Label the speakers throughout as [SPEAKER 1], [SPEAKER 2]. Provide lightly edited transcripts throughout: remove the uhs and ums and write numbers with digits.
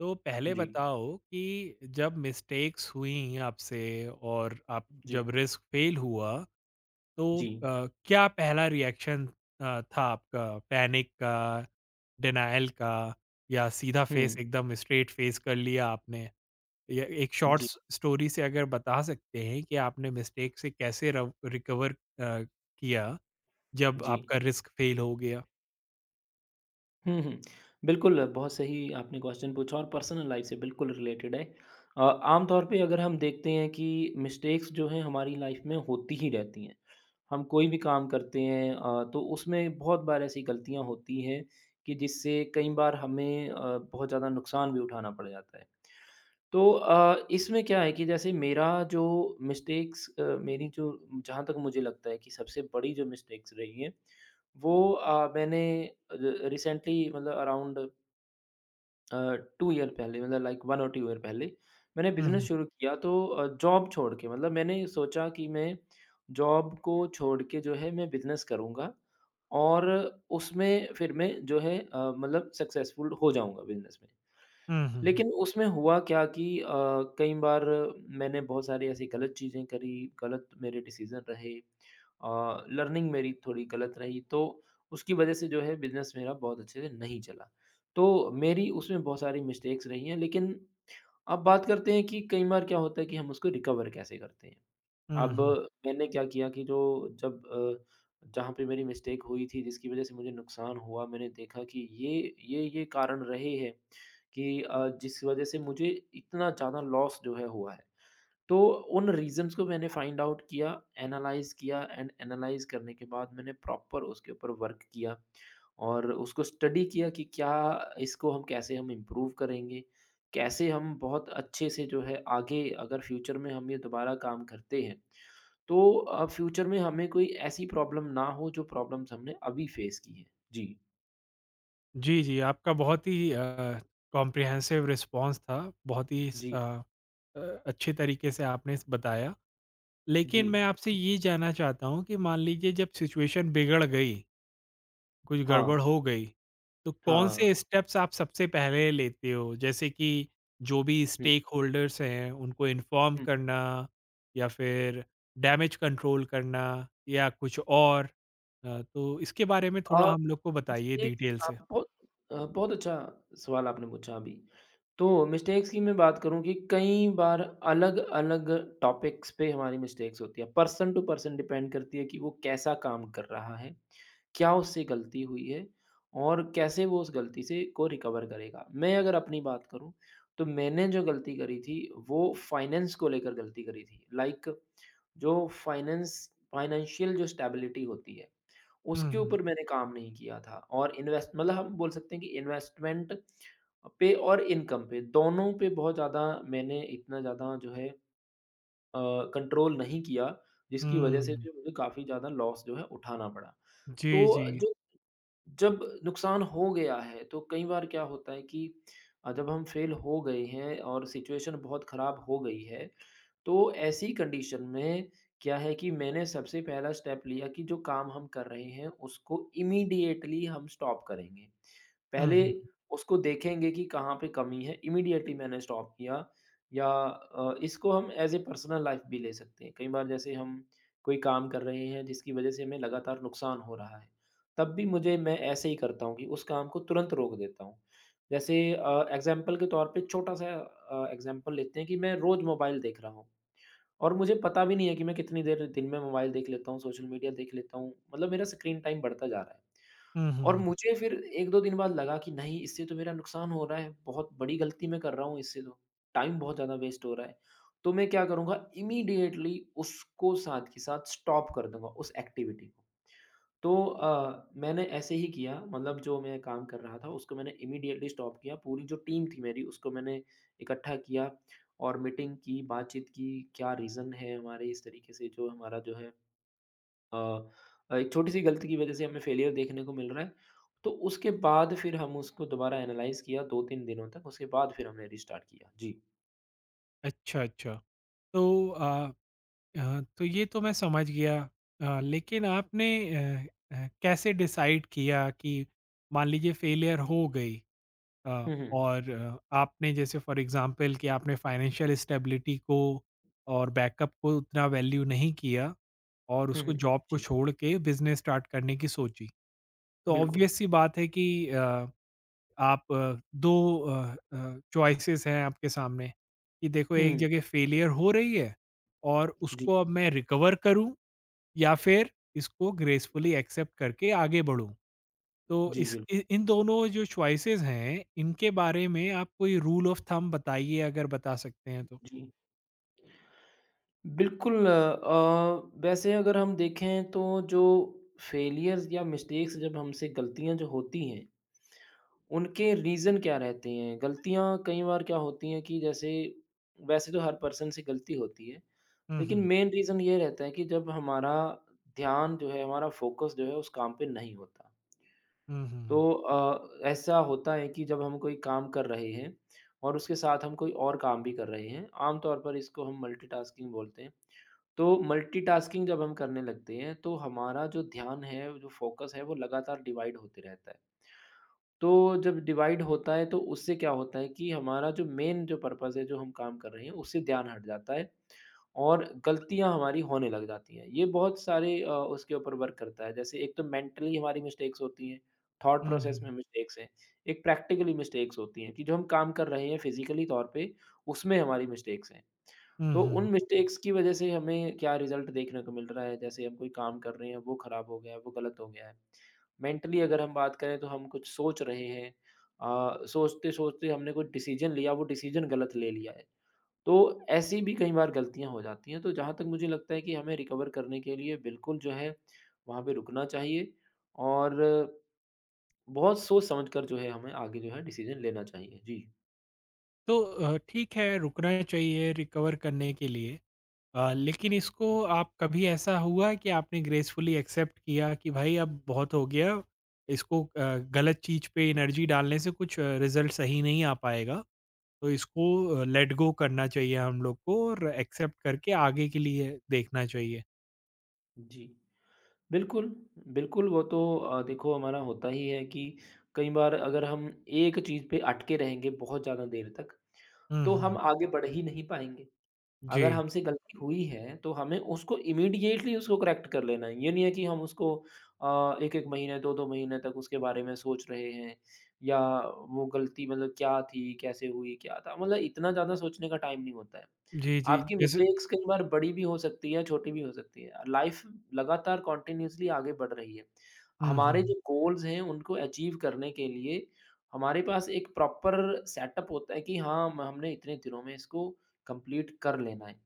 [SPEAKER 1] तो पहले
[SPEAKER 2] जी,
[SPEAKER 1] बताओ कि जब मिस्टेक्स हुई आपसे और आप
[SPEAKER 2] जी,
[SPEAKER 1] जब रिस्क फेल हुआ तो
[SPEAKER 2] जी।
[SPEAKER 1] क्या पहला रिएक्शन था आपका पैनिक का डिनायल का या सीधा फेस
[SPEAKER 2] हुँ,
[SPEAKER 1] एकदम स्ट्रेट फेस कर लिया आपने या एक शॉर्ट
[SPEAKER 2] जी,
[SPEAKER 1] स्टोरी से अगर बता सकते हैं कि आपने मिस्टेक से कैसे रिकवर किया जब
[SPEAKER 2] जी।
[SPEAKER 1] आपका रिस्क फेल हो गया।
[SPEAKER 2] हुँ, हुँ। बिल्कुल, बहुत सही आपने क्वेश्चन पूछा और पर्सनल लाइफ से बिल्कुल रिलेटेड है। आम तौर पे अगर हम देखते हैं कि मिस्टेक्स जो हैं हमारी लाइफ में होती ही रहती हैं। हम कोई भी काम करते हैं तो उसमें बहुत बार ऐसी गलतियाँ होती हैं कि जिससे कई बार हमें बहुत ज़्यादा नुकसान भी उठाना पड़ जाता है। तो इसमें क्या है कि जैसे मेरा जो मिस्टेक्स अ, मेरी जो जहाँ तक मुझे लगता है कि सबसे बड़ी जो मिस्टेक्स रही हैं, वो मैंने र रिसेंटली मतलब अराउंड अ, 2 ईयर पहले मतलब लाइक 1 और 2 ईयर पहले मैंने बिज़नेस
[SPEAKER 1] हम्म
[SPEAKER 2] शुरू किया तो जॉब छोड़ के मतलब मैंने सोचा कि मैं जॉब को छोड़ के जो है मैं बिज़नेस करूँगा और उसमें फिर मैं जो है मतलब सक्सेसफुल हो जाऊँगा बिज़नेस में।
[SPEAKER 1] हम्म हम्म
[SPEAKER 2] लेकिन उसमें हुआ क्या कि कई बार मैंने बहुत सारी ऐसी गलत चीज़ें करी, गलत मेरे डिसीज़न रहे। लर्निंग मेरी थोड़ी गलत रही, तो उसकी वज़ह से जो है बिज़नेस मेरा बहुत अच्छे से नहीं चला। तो मेरी उसमें बहुत सारी मिस्टेक्स रही हैं, लेकिन अब बात करते हैं कि कई बार क्या होता है कि हम उसको रिकवर कैसे करते हैं। अब
[SPEAKER 1] हम्म
[SPEAKER 2] मैंने क्या किया कि जब अ, जहाँ पे मेरी मिस्टेक हुई थी जिसकी वज़ह से मुझे नुकसान हुआ, मैंने देखा कि ये कारण रहे हैं कि जिस वज़ह से मुझे इतना ज़्यादा लॉस जो है हुआ है। तो उन रीज़न्स को मैंने फाइंड आउट किया, एनालाइज़ किया एंड एनालाइज़ करने के बाद मैंने प्रॉपर उसके ऊपर वर्क किया और उसको स्टडी किया कि क्या इसको हम कैसे हम इम्प्रूव करेंगे, कैसे हम बहुत अच्छे से जो है आगे अगर फ्यूचर में हम ये दोबारा काम करते हैं, तो फ्यूचर में हमें कोई ऐसी प्रॉब्लम ना हो जो प्रॉब्लम्स हमने अभी फेस की हैं। जी,
[SPEAKER 1] जी, जी, आपका बहुत ही कॉम्प्रिहेंसिव रिस्पॉन्स था, बहुत ही
[SPEAKER 2] जी,
[SPEAKER 1] अच्छे तरीके से आपने स बताया।
[SPEAKER 2] जी।
[SPEAKER 1] लेकिन मैं आपसे ये जानना चाहता हूँ कि मान लीजिए जब सिचुएशन बिगड़ गई, कुछ गड़बड़
[SPEAKER 2] हाँ,
[SPEAKER 1] हो गई, तो कौन से
[SPEAKER 2] हाँ,
[SPEAKER 1] स्टेप्स आप सबसे पहले लेते हो? जैसे कि जो भी
[SPEAKER 2] हुँ,
[SPEAKER 1] स्टेक होल्डर्स हैं, उनको इन्फॉर्म
[SPEAKER 2] हुँ।
[SPEAKER 1] करना या फिर डैमेज कंट्रोल करना या कुछ और? तो इसके बारे में
[SPEAKER 2] अ
[SPEAKER 1] थोड़ा हम लोग को बताइए
[SPEAKER 2] मिस्टेक्स
[SPEAKER 1] डिटेल
[SPEAKER 2] आप
[SPEAKER 1] से।
[SPEAKER 2] बहुत अ, बहुत अच्छा सवाल आपने पूछा अभी। तो मिस्टेक्स की मैं बात करूँ कि कई बार अलग-अलग टॉपिक्स पे हमारी मिस्टेक्स होती है। पर्सन टू पर्सन डिपेंड करती है कि वो कैसा काम कर रहा है, क्या उससे गलती हुई है और कैसे वो उस गलती से को रिकवर करेगा। मैं अगर अपनी बात करूँ, तो मैंने जो गलती करी थी वो फाइनेंस को लेकर गलती करी थी। लाइक जो फाइनेंस फाइनेंशियल जो स्टेबिलिटी होती है उसके
[SPEAKER 1] हुँ,
[SPEAKER 2] ऊपर मैंने काम नहीं किया था और इन्वेस्ट मतलब हम बोल सकते हैं कि इन्वेस्टमेंट पे और इनकम पे दोनों पे बहुत ज़्यादा मैंने इतना ज़्यादा जो है कंट्रोल नहीं किया जिसकी वजह से
[SPEAKER 1] हुँ।
[SPEAKER 2] जो मुझे काफ़ी ज़्यादा लॉस जो है उठाना पड़ा। तो
[SPEAKER 1] जी, जी।
[SPEAKER 2] जो जब नुकसान हो गया है तो कई बार क्या होता है कि जब हम फेल हो गए हैं और सिचुएशन बहुत ख़राब हो गई है तो ऐसी कंडीशन में क्या है कि मैंने सबसे पहला स्टेप लिया कि जो काम हम कर रहे हैं उसको इमीडिएटली हम स्टॉप करेंगे।
[SPEAKER 1] हुँ,
[SPEAKER 2] पहले
[SPEAKER 1] हुँ।
[SPEAKER 2] उसको देखेंगे कि कहाँ पे कमी है, इमीडिएटली मैंने स्टॉप किया या इसको हम एज़ ए पर्सनल लाइफ़ भी ले सकते हैं। कई बार जैसे हम कोई काम कर रहे हैं जिसकी वज़ह से हमें लगातार नुकसान हो रहा है, तब भी मुझे मैं ऐसे ही करता हूँ कि उस काम को तुरंत रोक देता हूँ। जैसे एग्ज़ाम्पल के तौर पे छोटा-सा एग्ज़ाम्पल लेते हैं कि मैं रोज़ मोबाइल देख रहा हूँ। और मुझे पता भी नहीं है कि मैं कितनी देर दिन में मोबाइल देख लेता हूँ, सोशल मीडिया देख लेता हूँ, मतलब मेरा स्क्रीन टाइम बढ़ता जा रहा है।
[SPEAKER 1] हुँ,
[SPEAKER 2] और
[SPEAKER 1] हुँ।
[SPEAKER 2] मुझे फिर 1-2 दिन बाद लगा कि नहीं इससे तो मेरा नुकसान हो रहा है, बहुत बड़ी गलती मैं कर रहा हूँ इससे तो, टाइम बहुत ज़्यादा वेस्ट हो रहा है। तो मैं क्या करूँगा इमीडिएटली उसको साथ के साथ स्टॉप कर दूँगा उस एक्टिविटी को। तो मैंने ऐसे ही किया मतलब जो मैं काम कर रहा था उसको मैंने इमीडिएटली स्टॉप किया। पूरी जो टीम थी मेरी उसको मैंने इकट्ठा किया और मीटिंग की, बातचीत की, क्या रीज़न है हमारे इस तरीके से जो हमारा जो है अ, एक छोटी-सी गलती की वज़ह से हमें फेलियर देखने को मिल रहा है। तो उसके बाद फिर हम उसको दोबारा एनालाइज़ किया 2-3 दिनों तक, उसके बाद फिर हमने रिस्टार्ट किया। जी।
[SPEAKER 1] अच्छा, अच्छा। तो अ तो ये तो मैं समझ गया। लेकिन आपने अ कैसे डिसाइड किया कि मान लीजिए फेलियर हो गई।
[SPEAKER 2] हुँ, हुँ।
[SPEAKER 1] और आपने जैसे फॉर एग्ज़ाम्पल कि आपने फाइनेंशियल स्टेबिलिटी को और बैकअप को उतना वैल्यू नहीं किया और
[SPEAKER 2] हुँ,
[SPEAKER 1] उसको
[SPEAKER 2] हुँ।
[SPEAKER 1] जॉब को
[SPEAKER 2] जी,
[SPEAKER 1] छोड़ के बिज़नेस स्टार्ट करने की सोची। तो
[SPEAKER 2] बिल्कुल।
[SPEAKER 1] ऑब्वियस सी बात है कि अ आप 2 चॉइसेस हैं आपके सामने कि देखो
[SPEAKER 2] हुँ,
[SPEAKER 1] एक
[SPEAKER 2] हुँ।
[SPEAKER 1] जगह फेलियर हो रही है और
[SPEAKER 2] जी,
[SPEAKER 1] उसको अब मैं रिकवर करूँ या फिर इसको ग्रेसफुली एक्सेप्ट करके आगे बढ़ूँ। तो
[SPEAKER 2] जी,
[SPEAKER 1] इस
[SPEAKER 2] बिल्कुल।
[SPEAKER 1] इ इन दोनों जो चॉइसेस हैं, इनके बारे में आप कोई रूल ऑफ थंब बताइए अगर बता सकते हैं तो?
[SPEAKER 2] जी। बिल्कुल वैसे अगर हम देखें तो जो फेलियर्स या मिस्टेक्स जब हमसे गलतियां जो होती हैं उनके रीज़न क्या रहते हैं गलतियां कई बार क्या होती हैं कि जैसे वैसे तो हर पर्सन से गलती होती है
[SPEAKER 1] हुँ,
[SPEAKER 2] लेकिन
[SPEAKER 1] हुँ।
[SPEAKER 2] मेन रीज़न ये रहता है कि जब हमारा ध्यान जो है हमारा फोकस जो है उस काम पे नहीं होता
[SPEAKER 1] हुँ,
[SPEAKER 2] तो
[SPEAKER 1] हुँ।
[SPEAKER 2] ऐसा होता है कि जब हम कोई काम कर रहे हैं और उसके साथ हम कोई और काम भी कर रहे हैं आमतौर पर इसको हम मल्टीटास्किंग बोलते हैं तो मल्टीटास्किंग जब हम करने लगते हैं तो हमारा जो ध्यान है, जो फ़ोकस है वो लगातार डिवाइड होते रहता है। तो जब डिवाइड होता है तो उससे क्या होता है कि हमारा जो मेन जो पर्पज़ है, जो हम काम कर रहे हैं उससे ध्यान हट जाता है और गलतियाँ हमारी होने लग जाती हैं। ये बहुत सारे उसके ऊपर वर्क करता है। जैसे एक तो मेंटली हमारी मिस्टेक्स होती हैं, थॉट
[SPEAKER 1] हुँ,
[SPEAKER 2] प्रोसेस में
[SPEAKER 1] हुँ।
[SPEAKER 2] मिस्टेक्स हैं। एक प्रैक्टिकली मिस्टेक्स होती हैं कि जो हम काम कर रहे हैं फिज़िकली तौर पे उसमें हमारी मिस्टेक्स हैं।
[SPEAKER 1] हुँ,
[SPEAKER 2] तो उन
[SPEAKER 1] हुँ।
[SPEAKER 2] मिस्टेक्स की वजह से हमें क्या रिज़ल्ट देखने को मिल रहा है, जैसे हम कोई काम कर रहे हैं, वो ख़राब हो गया है, वो गलत हो गया है। मेंटली अगर हम बात करें तो हम कुछ सोच रहे हैं सोचते-सोचते हमने कोई डिसीजन लिया, वो डिसीजन गलत ले लिया है। तो ऐसी भी कई बार गलतियाँ हो जाती हैं, तो जहाँ तक मुझे लगता है कि हमें रिकवर करने के लिए बिल्कुल जो है, वहाँ पे रुकना चाहिए और बहुत सोच समझ कर जो है हमें आगे जो है डिसीजन लेना चाहिए। जी।
[SPEAKER 1] ठीक है रुकना चाहिए रिकवर करने के लिए। लेकिन इसको आप कभी ऐसा हुआ कि आपने ग्रेसफुली एक्सेप्ट किया कि भाई अब बहुत हो गया, इसको गलत चीज़ पे एनर्जी डालने से कुछ रिज़ल्ट सही नहीं आ पाएगा, तो इसको लेट गो करना चाहिए हम लोग को और एक्सेप्ट करके आगे के लिए देखना चाहिए।
[SPEAKER 2] जी। बिल्कुल, बिल्कुल वो तो देखो हमारा होता ही है कि कई बार अगर हम एक चीज़ पे अटके रहेंगे बहुत ज़्यादा देर तक,
[SPEAKER 1] हुँ,
[SPEAKER 2] तो
[SPEAKER 1] हुँ।
[SPEAKER 2] हम आगे बढ़ ही नहीं पाएँगे। अगर
[SPEAKER 1] जी।
[SPEAKER 2] हमसे गलती हुई है, तो हमें उसको इमीडिएटली उसको करेक्ट कर लेना है। ये नहीं है कि हम उसको अ, 1-1 महीने, 2-2 महीने तक उसके बारे में सोच रहे हैं या वो गलती मतलब क्या थी, कैसे हुई, क्या था? मतलब इतना ज़्यादा सोचने का टाइम नहीं होता है।
[SPEAKER 1] जी, जी,
[SPEAKER 2] आपकी
[SPEAKER 1] जैसे
[SPEAKER 2] मिस्टेक्स कई बार बड़ी भी हो सकती है, छोटी भी हो सकती है। लाइफ़ लगातार कंटीन्यूअसली आगे बढ़ रही है।
[SPEAKER 1] हुँ,
[SPEAKER 2] हमारे
[SPEAKER 1] हुँ,
[SPEAKER 2] जो गोल्स हैं, उनको अचीव करने के लिए हमारे पास एक प्रॉपर सेटअप होता है कि हाँ, म हमने इतने दिनों में इसको कंप्लीट कर लेना है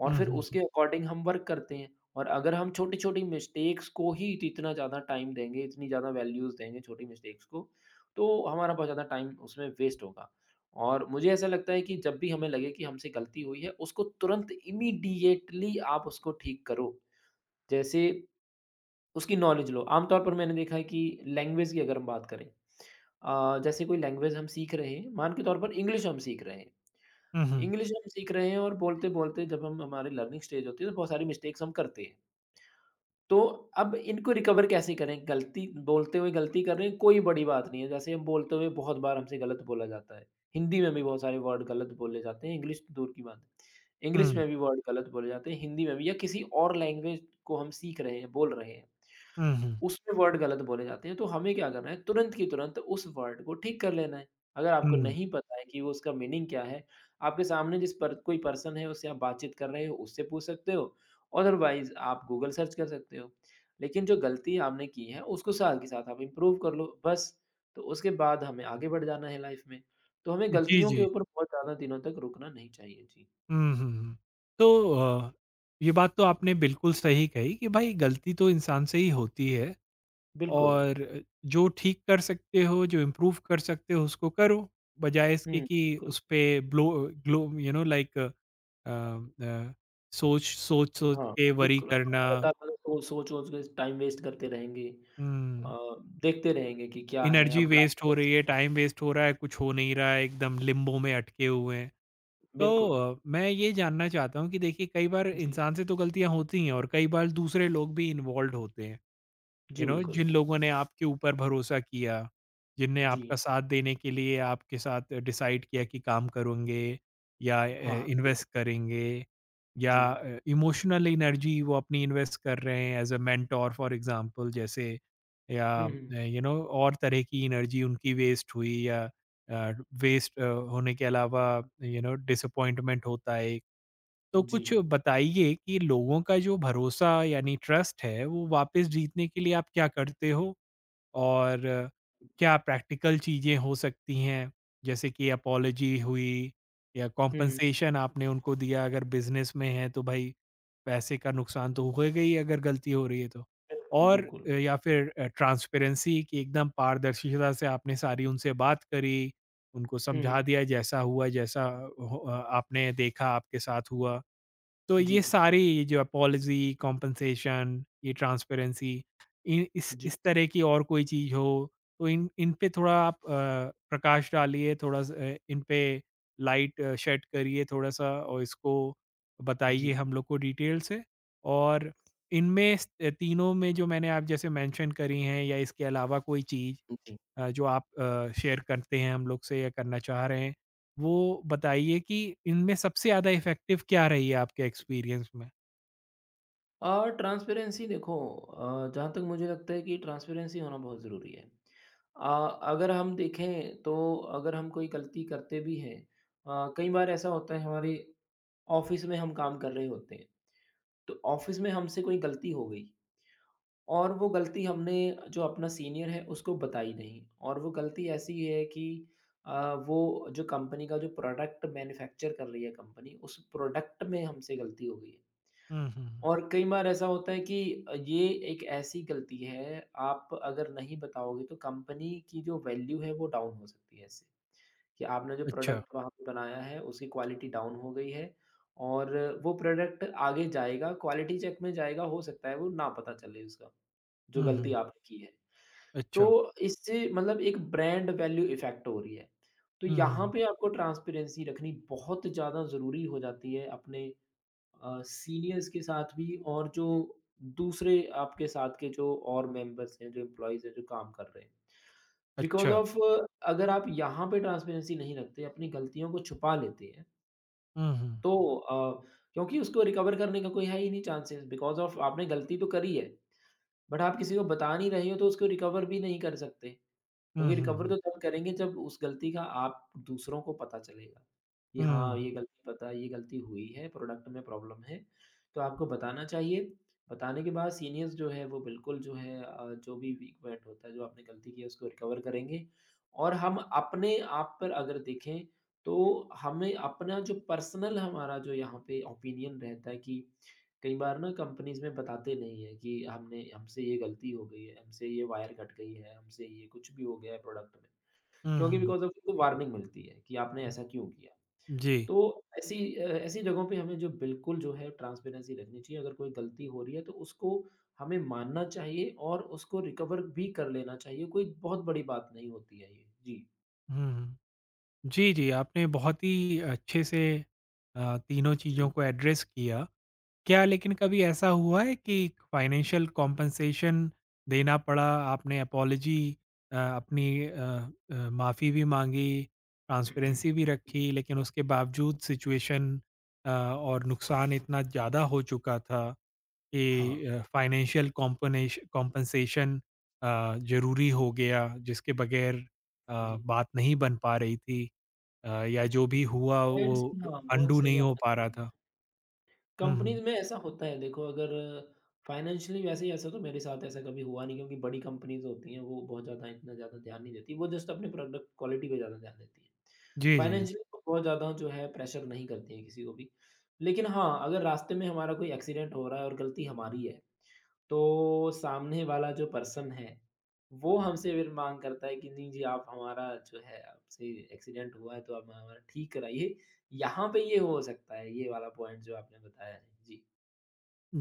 [SPEAKER 2] और
[SPEAKER 1] हुँ,
[SPEAKER 2] फिर
[SPEAKER 1] हुँ,
[SPEAKER 2] उसके अकॉर्डिंग हम वर्क करते हैं और अगर हम छोटी-छोटी मिस्टेक्स को ही इतना ज़्यादा टाइम देंगे, इतनी ज़्यादा वैल्यूज़ देंगे छोटी मिस्टेक्स को, तो हमारा बहुत ज़्यादा टाइम उसमें वेस्ट होगा। और मुझे ऐसा लगता है कि जब भी हमें लगे कि हमसे गलती हुई है, उसको तुरंत इमीडिएटली आप उसको ठीक करो। जैसे उसकी नॉलेज लो, आमतौर पर मैंने देखा है कि लैंग्वेज की अगर हम बात करें जैसे कोई लैंग्वेज हम सीख रहे हैं, मान के तौर पर इंग्लिश हम सीख रहे हैं।
[SPEAKER 1] हुँ, हुँ,
[SPEAKER 2] इंग्लिश हम सीख रहे हैं और बोलते-बोलते जब हम हमारी लर्निंग स्टेज होती है तो बहुत सारी मिस्टेक्स हम करते हैं। तो अब इनको रिकवर कैसे करें? गलती बोलते हुए गलती कर रहे हैं कोई बड़ी बात नहीं है। जैसे हम बोलते हुए बहुत बार हमसे गलत बोला जाता है। हिंदी में भी बहुत सारे वर्ड गलत बोले जाते हैं, इंग्लिश तो दूर की बात है। इंग्लिश
[SPEAKER 1] हुँ,
[SPEAKER 2] में भी वर्ड गलत बोले जाते हैं, हिंदी में भी या किसी और लैंग्वेज को हम सीख रहे हैं, बोल रहे हैं।
[SPEAKER 1] हुँ, हुँ, हुँ,
[SPEAKER 2] उसमें वर्ड गलत बोले जाते हैं, तो हमें क्या करना है, तुरंत की तुरंत उस वर्ड को ठीक कर लेना है। अगर आपको
[SPEAKER 1] हुँ,
[SPEAKER 2] नहीं पता है कि वो उसका मीनिंग क्या है, आपके सामने जिस पर कोई पर्सन है, उससे आप बातचीत कर रहे हो, उससे पूछ सकते हो, अदरवाइज़ आप गूगल सर्च कर सकते हो। लेकिन जो गलती आपने की है, उसको साथ के साथ आप इम्प्रूव कर लो, बस। तो उसके बाद हमें आगे बढ़ जाना है लाइफ़ में। तो हमें
[SPEAKER 1] जी,
[SPEAKER 2] गलतियों के
[SPEAKER 1] जी।
[SPEAKER 2] ऊपर बहुत ज़्यादा दिनों तक रुकना नहीं चाहिए। जी,
[SPEAKER 1] हुँ, हुँ, हुँ। तो अ, ये बात तो आपने बिल्कुल सही कही कि भाई गलती तो इंसान से ही होती है
[SPEAKER 2] बिल्कुल।
[SPEAKER 1] और जो ठीक कर सकते हो, जो इम्प्रूव कर सकते हो उसको करो, बजाय इसके कि
[SPEAKER 2] बिल्कुल।
[SPEAKER 1] उसपे blow glow you know like uh, सोच-सोच
[SPEAKER 2] हाँ,
[SPEAKER 1] के वरी
[SPEAKER 2] बिल्कुल। हाँ,
[SPEAKER 1] करना।
[SPEAKER 2] लगातार मतलब सोच-वोच के टाइम वेस्ट करते रहेंगे।
[SPEAKER 1] हुँ,
[SPEAKER 2] अ, देखते रहेंगे कि क्या है,
[SPEAKER 1] एनर्जी
[SPEAKER 2] अब
[SPEAKER 1] वेस्ट
[SPEAKER 2] आगे
[SPEAKER 1] हो
[SPEAKER 2] क्या
[SPEAKER 1] रही है,
[SPEAKER 2] होगा।
[SPEAKER 1] टाइम वेस्ट हो रहा है, कुछ हो नहीं रहा है, एकदम लिम्बो में अटके हुए हैं।
[SPEAKER 2] बिल्कुल।
[SPEAKER 1] मैं ये जानना चाहता हूँ कि देखिए कई बार
[SPEAKER 2] जी,
[SPEAKER 1] इंसान से तो गलतियाँ होती हैं और कई बार दूसरे लोग भी इन्वॉल्व होते हैं। यू
[SPEAKER 2] जी
[SPEAKER 1] नो
[SPEAKER 2] बिल्कुल।
[SPEAKER 1] जिन लोगों ने आपके ऊपर भरोसा किया, जिनने
[SPEAKER 2] जी।
[SPEAKER 1] आपका साथ देने के लिए आपके साथ डिसाइड किया कि काम करेंगे या
[SPEAKER 2] हाँ, हाँ, बिल्कुल।
[SPEAKER 1] इन्वेस्ट करेंगे या
[SPEAKER 2] जी।
[SPEAKER 1] इमोशनल एनर्जी वो अपनी इन्वेस्ट कर रहे हैं as a mentor for example जैसे या
[SPEAKER 2] हुँ, हुँ।
[SPEAKER 1] यू नो और तरह की एनर्जी उनकी वेस्ट हुई या वेस्ट होने के अलावा यू नो डिसअपॉइंटमेंट होता है तो
[SPEAKER 2] जी।
[SPEAKER 1] कुछ बताइए कि लोगों का जो भरोसा यानी ट्रस्ट है वो वापस जीतने के लिए आप क्या करते हो और क्या प्रैक्टिकल चीजें हो सकती हैं जैसे कि अपॉलजी हुई या
[SPEAKER 2] हुँ, हुँ।
[SPEAKER 1] कॉम्पनसेशन आपने उनको दिया अगर बिजनेस में है तो भाई पैसे का नुकसान तो हो गई अगर गलती हो रही है तो।
[SPEAKER 2] बिल्कुल,
[SPEAKER 1] और
[SPEAKER 2] बिल्कुल।
[SPEAKER 1] या फिर ट्रांसपेरेंसी की एकदम पारदर्शिता से आपने सारी उनसे बात करी उनको
[SPEAKER 2] हुँ,
[SPEAKER 1] समझा
[SPEAKER 2] हुँ।
[SPEAKER 1] दिया जैसा हुआ जैसा आपने देखा आपके साथ हुआ तो
[SPEAKER 2] जी,
[SPEAKER 1] ये सारी ये जो अपॉलजी, कॉम्पेंसेशन, ये ट्रांसपेरेंसी इ
[SPEAKER 2] जी,
[SPEAKER 1] इस तरह की और कोई चीज़ हो तो इन इन पे थोड़ा आप प्रकाश डालिए, थोड़ा इन पे लाइट शेड करिए थोड़ा-सा और इसको बताइए
[SPEAKER 2] जी,
[SPEAKER 1] हम लोग को डिटेल से। और इनमें तीनों में जो मैंने आप जैसे मेंशन करी हैं या इसके अलावा कोई चीज़
[SPEAKER 2] जी।
[SPEAKER 1] जो आप शेयर करते हैं हम लोग से या करना चाह रहे हैं, वो बताइए कि इनमें सबसे ज़्यादा इफ़ेक्टिव क्या रही है आपके एक्सपीरियंस में?
[SPEAKER 2] और ट्रांसपेरेंसी देखो, जहाँ तक मुझे लगता है कि ट्रांसपेरेंसी होना बहुत ज़रूरी है। अगर हम देखें तो अगर हम कोई गलती करते भी हैं, कई बार ऐसा होता है हमारे ऑफ़िस में हम काम कर रहे होते हैं, तो ऑफ़िस में हमसे कोई गलती हो गई। और वो गलती हमने जो अपना सीनियर है उसको बताई नहीं, और वो गलती ऐसी है कि वो जो कंपनी का जो प्रोडक्ट मैन्युफैक्चर कर रही है कंपनी उस प्रोडक्ट में हमसे गलती हो गई है।
[SPEAKER 1] हुँ, हुँ, हुँ।
[SPEAKER 2] और कई बार ऐसा होता है कि ये एक ऐसी गलती है, आप अगर नहीं बताओगे तो कंपनी की जो वैल्यू है वो डाउन हो सकती है इससे, कि आपने जो
[SPEAKER 1] अच्छा।
[SPEAKER 2] प्रोडक्ट वहाँ पे बनाया है उसकी क्वालिटी डाउन हो गई है। और वो प्रोडक्ट आगे जाएगा क्वालिटी चेक में जाएगा, हो सकता है वो ना पता चले उसका जो
[SPEAKER 1] हुँ,
[SPEAKER 2] गलती
[SPEAKER 1] हुँ।
[SPEAKER 2] आपने की है। तो
[SPEAKER 1] अच्छा।
[SPEAKER 2] इससे मतलब एक ब्रांड वैल्यू इफ़ेक्ट हो रही है। तो
[SPEAKER 1] हुँ,
[SPEAKER 2] यहाँ
[SPEAKER 1] हुँ।
[SPEAKER 2] पे आपको ट्रांसपेरेंसी रखनी बहुत ज़्यादा ज़रूरी हो जाती है अपने सीनियर्स के साथ भी, और जो दूसरे आपके साथ के जो और मेंबर्स हैं, जो एम्प्लॉइज़ हैं, जो काम कर रहे हैं। बिकॉज़
[SPEAKER 1] अच्छा।
[SPEAKER 2] ऑफ अगर आप यहाँ पे ट्रांसपेरेंसी नहीं रखते, अपनी गलतियों को छुपा लेते हैं,
[SPEAKER 1] हुँ, हुँ।
[SPEAKER 2] तो क्योंकि उसको रिकवर करने का कोई है ही नहीं चांसेस, बिकॉज़ ऑफ आपने गलती तो करी है। बट आप किसी को बता नहीं रहे हो तो उसको रिकवर भी नहीं कर सकते,
[SPEAKER 1] हुँ,
[SPEAKER 2] क्योंकि
[SPEAKER 1] हुँ,
[SPEAKER 2] रिकवर
[SPEAKER 1] हुँ।
[SPEAKER 2] तो तब करेंगे जब उस गलती का आप दूसरों को पता चलेगा, कि हाँ,
[SPEAKER 1] हुँ,
[SPEAKER 2] ये गलती पता ये गलती हुई है, प्रोडक्ट में प्रॉब्लम है। तो आपको बताना चाहिए, बताने के बाद सीनियर्स जो है वो बिल्कुल जो है जो भी वीक पॉइंट होता है, जो आपने गलती की है उसको रिकवर करेंगे। और हम अपने आप पर अगर देखें, तो हमें अपना जो पर्सनल हमारा जो यहाँ पे ओपिनियन रहता है कि कई बार ना कंपनीज़ में बताते नहीं हैं कि हमने हमसे ये गलती हो गई है, हमसे ये वायर कट गई है, हमसे ये कुछ भी हो गया है प्रोडक्ट में।
[SPEAKER 1] हुँ,
[SPEAKER 2] क्योंकि
[SPEAKER 1] हुँ,
[SPEAKER 2] बिकॉज़ ऑफ उनको वार्निंग मिलती है कि आपने
[SPEAKER 1] हुँ।
[SPEAKER 2] ऐसा क्यों किया।
[SPEAKER 1] जी।
[SPEAKER 2] तो ऐसी ऐसी जगहों पे हमें जो बिल्कुल जो है ट्रांसपेरेंसी रखनी चाहिए। अगर कोई गलती हो रही है तो उसको हमें मानना चाहिए और उसको रिकवर भी कर लेना चाहिए। कोई बहुत बड़ी बात नहीं होती है ये। जी,
[SPEAKER 1] हुँ, हुँ। जी, जी, आपने बहुत ही अच्छे से तीनों चीज़ों
[SPEAKER 2] जी।
[SPEAKER 1] को एड्रेस किया। क्या लेकिन कभी ऐसा हुआ है कि फाइनेंशियल कॉम्पेंसेशन देना पड़ा, आपने अपॉलजी अ, अपनी अ माफ़ी भी माँगी, ट्रांसपेरेंसी भी रखी, लेकिन उसके बावजूद सिचुएशन और नुकसान इतना ज़्यादा हो चुका था
[SPEAKER 2] हाँ,
[SPEAKER 1] कि फाइनेंशियल कॉम्पनेश कॉम्पेंसेशन ज़रूरी हो गया, जिसके बगैर अ,
[SPEAKER 2] जी।
[SPEAKER 1] बात नहीं बन पा रही थी। या जो भी हुआ वो
[SPEAKER 2] फ्रेंड्स
[SPEAKER 1] अ,
[SPEAKER 2] हाँ, बहुत
[SPEAKER 1] अनडू
[SPEAKER 2] सही
[SPEAKER 1] नहीं हो
[SPEAKER 2] आपने
[SPEAKER 1] पा रहा
[SPEAKER 2] कहा।
[SPEAKER 1] था। हुँ, हुँ।
[SPEAKER 2] कंपनीज़ में ऐसा होता है देखो, अगर फाइनेंशियली वैसे ही ऐसा तो मेरे साथ ऐसा कभी हुआ नहीं, क्योंकि बड़ी कंपनीज़ होती हैं वो बहुत ज़्यादा इतना ज़्यादा ध्यान नहीं देती। वो जस्ट अपने प्रोडक्ट क्वालिटी पे ज़्यादा ध्यान देती हैं।
[SPEAKER 1] जी, जी।
[SPEAKER 2] फाइनेंशियली तो बहुत ज़्यादा जो है प्रेशर नहीं करती हैं किसी को भी। लेकिन हाँ, अगर रास्ते में हमारा कोई एक्सीडेंट हो रहा है और गलती हमारी है, तो सामने वाला जो पर्सन है, वो हमसे फिर माँग करता है कि नहीं जी आप हमारा जो है आपसे एक्सीडेंट हुआ है तो आप हमारा ठीक कराइए। यहाँ पे ये हो सकता है, ये वाला पॉइंट जो आपने बताया है। जी।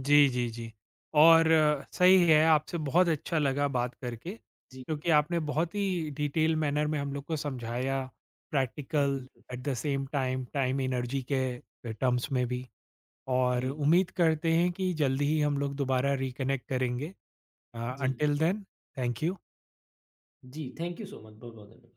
[SPEAKER 1] जी, जी, जी। और सही है, आपसे बहुत अच्छा लगा बात करके,
[SPEAKER 2] जी।
[SPEAKER 1] क्योंकि आपने बहुत ही डिटेल मैनर में हम लोग को समझाया,
[SPEAKER 2] जी,
[SPEAKER 1] प्रैक्टिकल
[SPEAKER 2] जी।
[SPEAKER 1] At the same time, time energy के टर्म्स में भी। और
[SPEAKER 2] जी।
[SPEAKER 1] उम्मीद करते हैं कि जल्दी ही हम लोग दोबारा रिकनेक्ट करेंगे। अ,
[SPEAKER 2] जी।
[SPEAKER 1] Until then, thank you.
[SPEAKER 2] जी, थैंक यू सो मच। बहुत-बहुत धन्यवाद।